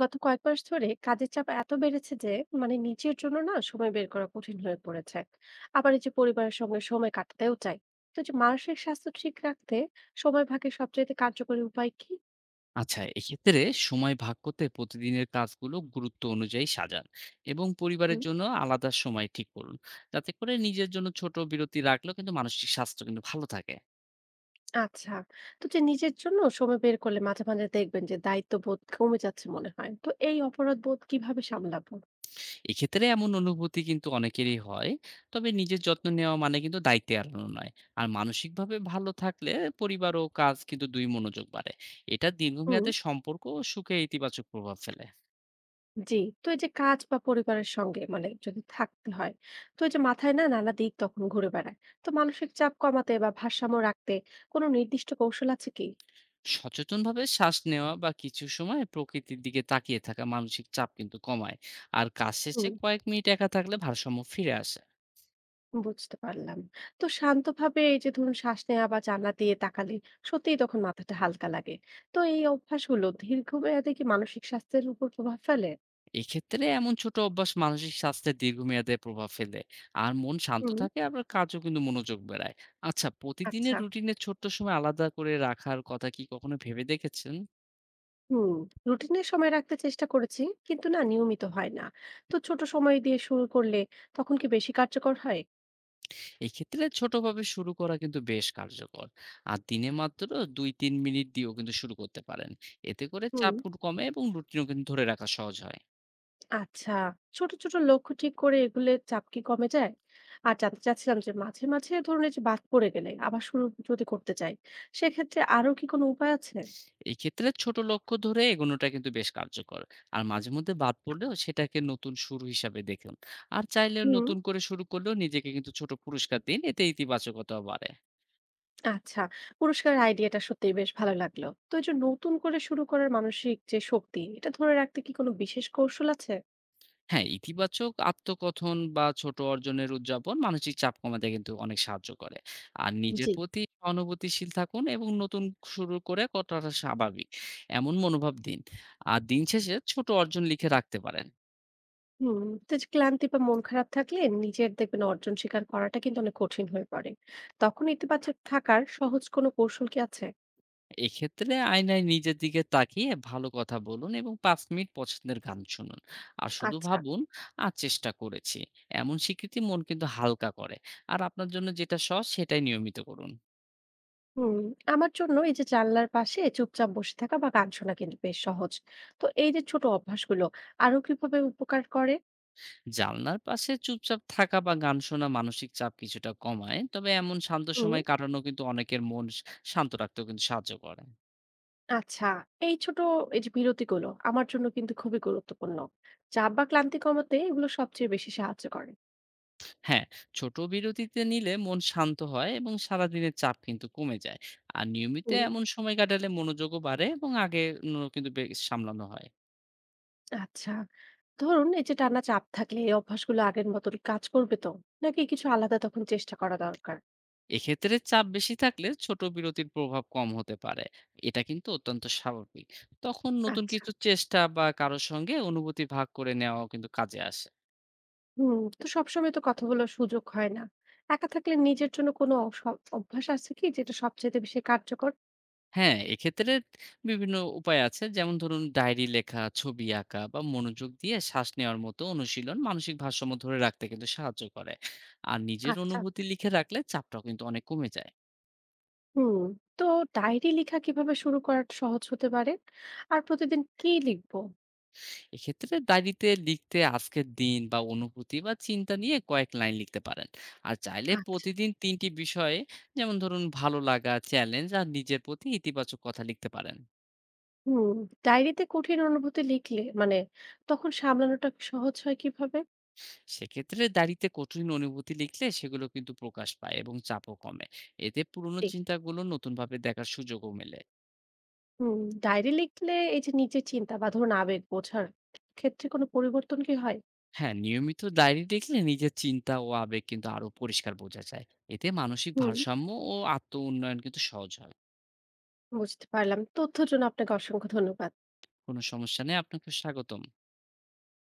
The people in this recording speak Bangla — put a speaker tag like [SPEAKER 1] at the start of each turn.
[SPEAKER 1] গত কয়েক মাস ধরে কাজের চাপ এত বেড়েছে যে মানে নিজের জন্য না সময় বের করা কঠিন হয়ে পড়েছে। আবার এই যে পরিবারের সঙ্গে সময় কাটাতেও চাই। তো যে মানসিক স্বাস্থ্য ঠিক রাখতে সময় ভাগের সবচেয়ে কার্যকরী উপায় কি?
[SPEAKER 2] আচ্ছা, এক্ষেত্রে সময় ভাগ করতে প্রতিদিনের কাজগুলো গুরুত্ব অনুযায়ী সাজান এবং পরিবারের
[SPEAKER 1] হুম।
[SPEAKER 2] জন্য আলাদা সময় ঠিক করুন। যাতে করে নিজের জন্য ছোট বিরতি রাখলেও কিন্তু মানসিক স্বাস্থ্য কিন্তু ভালো থাকে।
[SPEAKER 1] আচ্ছা। তো যে নিজের জন্য সময় বের করলে মাঝে মাঝে দেখবেন যে দায়িত্ববোধ কমে যাচ্ছে মনে হয়, তো এই অপরাধ বোধ কিভাবে সামলাবো?
[SPEAKER 2] এক্ষেত্রে এমন অনুভূতি কিন্তু অনেকেরই হয়। তবে নিজের যত্ন নেওয়া মানে কিন্তু দায়িত্ব এড়ানো নয়। আর মানসিকভাবে ভালো থাকলে পরিবার ও কাজ কিন্তু দুই মনোযোগ বাড়ে। এটা
[SPEAKER 1] হুম।
[SPEAKER 2] দীর্ঘমেয়াদে সম্পর্ক ও সুখে ইতিবাচক প্রভাব ফেলে।
[SPEAKER 1] জি। তো এই যে কাজ বা পরিবারের সঙ্গে মানে যদি থাকতে হয়, তো এই যে মাথায় না নানা দিক তখন ঘুরে বেড়ায়। তো মানসিক চাপ কমাতে বা ভারসাম্য রাখতে কোনো নির্দিষ্ট কৌশল আছে কি?
[SPEAKER 2] সচেতনভাবে শ্বাস নেওয়া বা কিছু সময় প্রকৃতির দিকে তাকিয়ে থাকা মানসিক চাপ কিন্তু কমায়। আর কাজ শেষে
[SPEAKER 1] হুম।
[SPEAKER 2] কয়েক মিনিট একা থাকলে ভারসাম্য ফিরে আসে।
[SPEAKER 1] বুঝতে পারলাম। তো শান্তভাবে এই যে ধরুন শ্বাস নেওয়া বা জানলা দিয়ে তাকালে সত্যিই তখন মাথাটা হালকা লাগে। তো এই অভ্যাসগুলো দীর্ঘমেয়াদে কি মানসিক স্বাস্থ্যের উপর প্রভাব ফেলে?
[SPEAKER 2] এক্ষেত্রে এমন ছোট অভ্যাস মানসিক স্বাস্থ্যের দীর্ঘমেয়াদে প্রভাব ফেলে। আর মন শান্ত
[SPEAKER 1] হুম।
[SPEAKER 2] থাকে, আবার কাজও কিন্তু মনোযোগ বেড়ায়। আচ্ছা,
[SPEAKER 1] আচ্ছা।
[SPEAKER 2] প্রতিদিনের রুটিনে ছোট্ট সময় আলাদা করে রাখার কথা কি কখনো ভেবে দেখেছেন?
[SPEAKER 1] হুম। রুটিনের সময় রাখতে চেষ্টা করেছি, কিন্তু না নিয়মিত হয় না। তো ছোট সময় দিয়ে শুরু করলে তখন কি বেশি কার্যকর হয়?
[SPEAKER 2] এক্ষেত্রে ছোটভাবে শুরু করা কিন্তু বেশ কার্যকর। আর দিনে মাত্র দুই তিন মিনিট দিয়েও কিন্তু শুরু করতে পারেন। এতে করে
[SPEAKER 1] হুম।
[SPEAKER 2] চাপ খুব কমে এবং রুটিনও কিন্তু ধরে রাখা সহজ হয়।
[SPEAKER 1] আচ্ছা, ছোট, ছোট লক্ষ্য ঠিক করে এগুলে চাপ কি কমে যায়? আর জানতে চাচ্ছিলাম যে মাঝে, মাঝে ধরুন এই যে বাদ পড়ে গেলে আবার শুরু যদি করতে চাই, সেক্ষেত্রে আরো কি কোনো উপায় আছে?
[SPEAKER 2] এক্ষেত্রে ছোট লক্ষ্য ধরে এগোনোটা কিন্তু বেশ কার্যকর। আর মাঝে মধ্যে বাদ পড়লেও সেটাকে নতুন শুরু হিসাবে দেখুন। আর চাইলে
[SPEAKER 1] হুম।
[SPEAKER 2] নতুন করে শুরু করলেও নিজেকে কিন্তু ছোট পুরস্কার দিন, এতে ইতিবাচকতা বাড়ে।
[SPEAKER 1] আচ্ছা, পুরস্কারের আইডিয়াটা সত্যিই বেশ ভালো লাগলো। তো এই যে নতুন করে শুরু করার মানসিক যে শক্তি, এটা ধরে রাখতে কি কোনো বিশেষ কৌশল আছে?
[SPEAKER 2] হ্যাঁ, ইতিবাচক আত্মকথন বা ছোট অর্জনের উদযাপন মানসিক চাপ কমাতে কিন্তু অনেক সাহায্য করে। আর নিজের
[SPEAKER 1] জি।
[SPEAKER 2] প্রতি অনুভূতিশীল থাকুন এবং নতুন শুরু করে কতটা স্বাভাবিক, এমন মনোভাব দিন। আর দিন শেষে ছোট অর্জন লিখে রাখতে পারেন।
[SPEAKER 1] হুম, তো এই যে ক্লান্তি বা মন খারাপ থাকলে নিজের দেখবেন অর্জন স্বীকার করাটা কিন্তু অনেক কঠিন হয়ে পড়ে। তখন ইতিবাচক থাকার সহজ কোনো কৌশল কি আছে?
[SPEAKER 2] এক্ষেত্রে আয়নায় নিজের দিকে তাকিয়ে ভালো কথা বলুন এবং পাঁচ মিনিট পছন্দের গান শুনুন। আর শুধু
[SPEAKER 1] আচ্ছা।
[SPEAKER 2] ভাবুন আর চেষ্টা করেছি, এমন স্বীকৃতি মন কিন্তু হালকা করে। আর আপনার জন্য যেটা সহজ সেটাই নিয়মিত করুন।
[SPEAKER 1] হুম। আমার জন্য এই যে জানলার পাশে চুপচাপ বসে থাকা বা গান শোনা কিন্তু বেশ সহজ। তো এই যে ছোট অভ্যাসগুলো আরো কিভাবে উপকার করে?
[SPEAKER 2] জানলার পাশে চুপচাপ থাকা বা গান শোনা মানসিক চাপ কিছুটা কমায়, তবে এমন শান্ত
[SPEAKER 1] হুম।
[SPEAKER 2] সময় কাটানো কিন্তু অনেকের মন শান্ত রাখতেও কিন্তু সাহায্য করে।
[SPEAKER 1] আচ্ছা, এই ছোট এই যে বিরতিগুলো আমার জন্য কিন্তু খুবই গুরুত্বপূর্ণ। চাপ বা ক্লান্তি কমাতে এগুলো সবচেয়ে বেশি সাহায্য করে।
[SPEAKER 2] হ্যাঁ, ছোট বিরতিতে নিলে মন শান্ত হয় এবং সারাদিনের চাপ কিন্তু কমে যায়। আর নিয়মিত
[SPEAKER 1] হুম।
[SPEAKER 2] এমন সময় কাটালে মনোযোগও বাড়ে এবং আগে কিন্তু বেশ সামলানো হয়।
[SPEAKER 1] আচ্ছা, ধরুন এই যে টানা চাপ থাকলে এই অভ্যাসগুলো আগের মতন কাজ করবে তো, নাকি কিছু আলাদা তখন চেষ্টা করা দরকার?
[SPEAKER 2] এক্ষেত্রে চাপ বেশি থাকলে ছোট বিরতির প্রভাব কম হতে পারে। এটা কিন্তু অত্যন্ত স্বাভাবিক। তখন নতুন
[SPEAKER 1] আচ্ছা।
[SPEAKER 2] কিছু চেষ্টা বা কারোর সঙ্গে অনুভূতি ভাগ করে নেওয়াও কিন্তু কাজে আসে।
[SPEAKER 1] হুম। তো সবসময় তো কথা বলার সুযোগ হয় না। একা থাকলে নিজের জন্য কোনো অভ্যাস আছে কি যেটা সবচেয়ে বেশি কার্যকর?
[SPEAKER 2] হ্যাঁ, এক্ষেত্রে বিভিন্ন উপায় আছে। যেমন ধরুন ডায়েরি লেখা, ছবি আঁকা বা মনোযোগ দিয়ে শ্বাস নেওয়ার মতো অনুশীলন মানসিক ভারসাম্য ধরে রাখতে কিন্তু সাহায্য করে। আর নিজের
[SPEAKER 1] আচ্ছা।
[SPEAKER 2] অনুভূতি লিখে রাখলে চাপটাও কিন্তু অনেক কমে যায়।
[SPEAKER 1] হুম। তো ডায়েরি লেখা কিভাবে শুরু করা সহজ হতে পারে? আর প্রতিদিন কি লিখবো?
[SPEAKER 2] এক্ষেত্রে ডায়েরিতে লিখতে আজকের দিন বা অনুভূতি বা চিন্তা নিয়ে কয়েক লাইন লিখতে পারেন। আর চাইলে
[SPEAKER 1] আচ্ছা।
[SPEAKER 2] প্রতিদিন ৩ টি বিষয়ে, যেমন ধরুন ভালো লাগা, চ্যালেঞ্জ আর নিজের প্রতি ইতিবাচক কথা লিখতে পারেন।
[SPEAKER 1] হুম। ডায়েরিতে কঠিন অনুভূতি লিখলে মানে তখন সামলানোটা সহজ হয় কিভাবে?
[SPEAKER 2] সেক্ষেত্রে ডায়েরিতে কঠিন অনুভূতি লিখলে সেগুলো কিন্তু প্রকাশ পায় এবং চাপও কমে। এতে পুরনো
[SPEAKER 1] জি।
[SPEAKER 2] চিন্তাগুলো নতুনভাবে দেখার সুযোগও মেলে।
[SPEAKER 1] হুম। ডায়েরি লিখলে এই যে নিজের চিন্তা বা ধরুন আবেগ বোঝার ক্ষেত্রে কোনো পরিবর্তন কি হয়?
[SPEAKER 2] হ্যাঁ, নিয়মিত ডায়েরি লিখলে নিজের চিন্তা ও আবেগ কিন্তু আরো পরিষ্কার বোঝা যায়। এতে মানসিক
[SPEAKER 1] হুম।
[SPEAKER 2] ভারসাম্য ও আত্ম উন্নয়ন কিন্তু সহজ হয়।
[SPEAKER 1] বুঝতে পারলাম। তথ্যের জন্য আপনাকে অসংখ্য ধন্যবাদ।
[SPEAKER 2] কোনো সমস্যা নেই, আপনাকে স্বাগতম।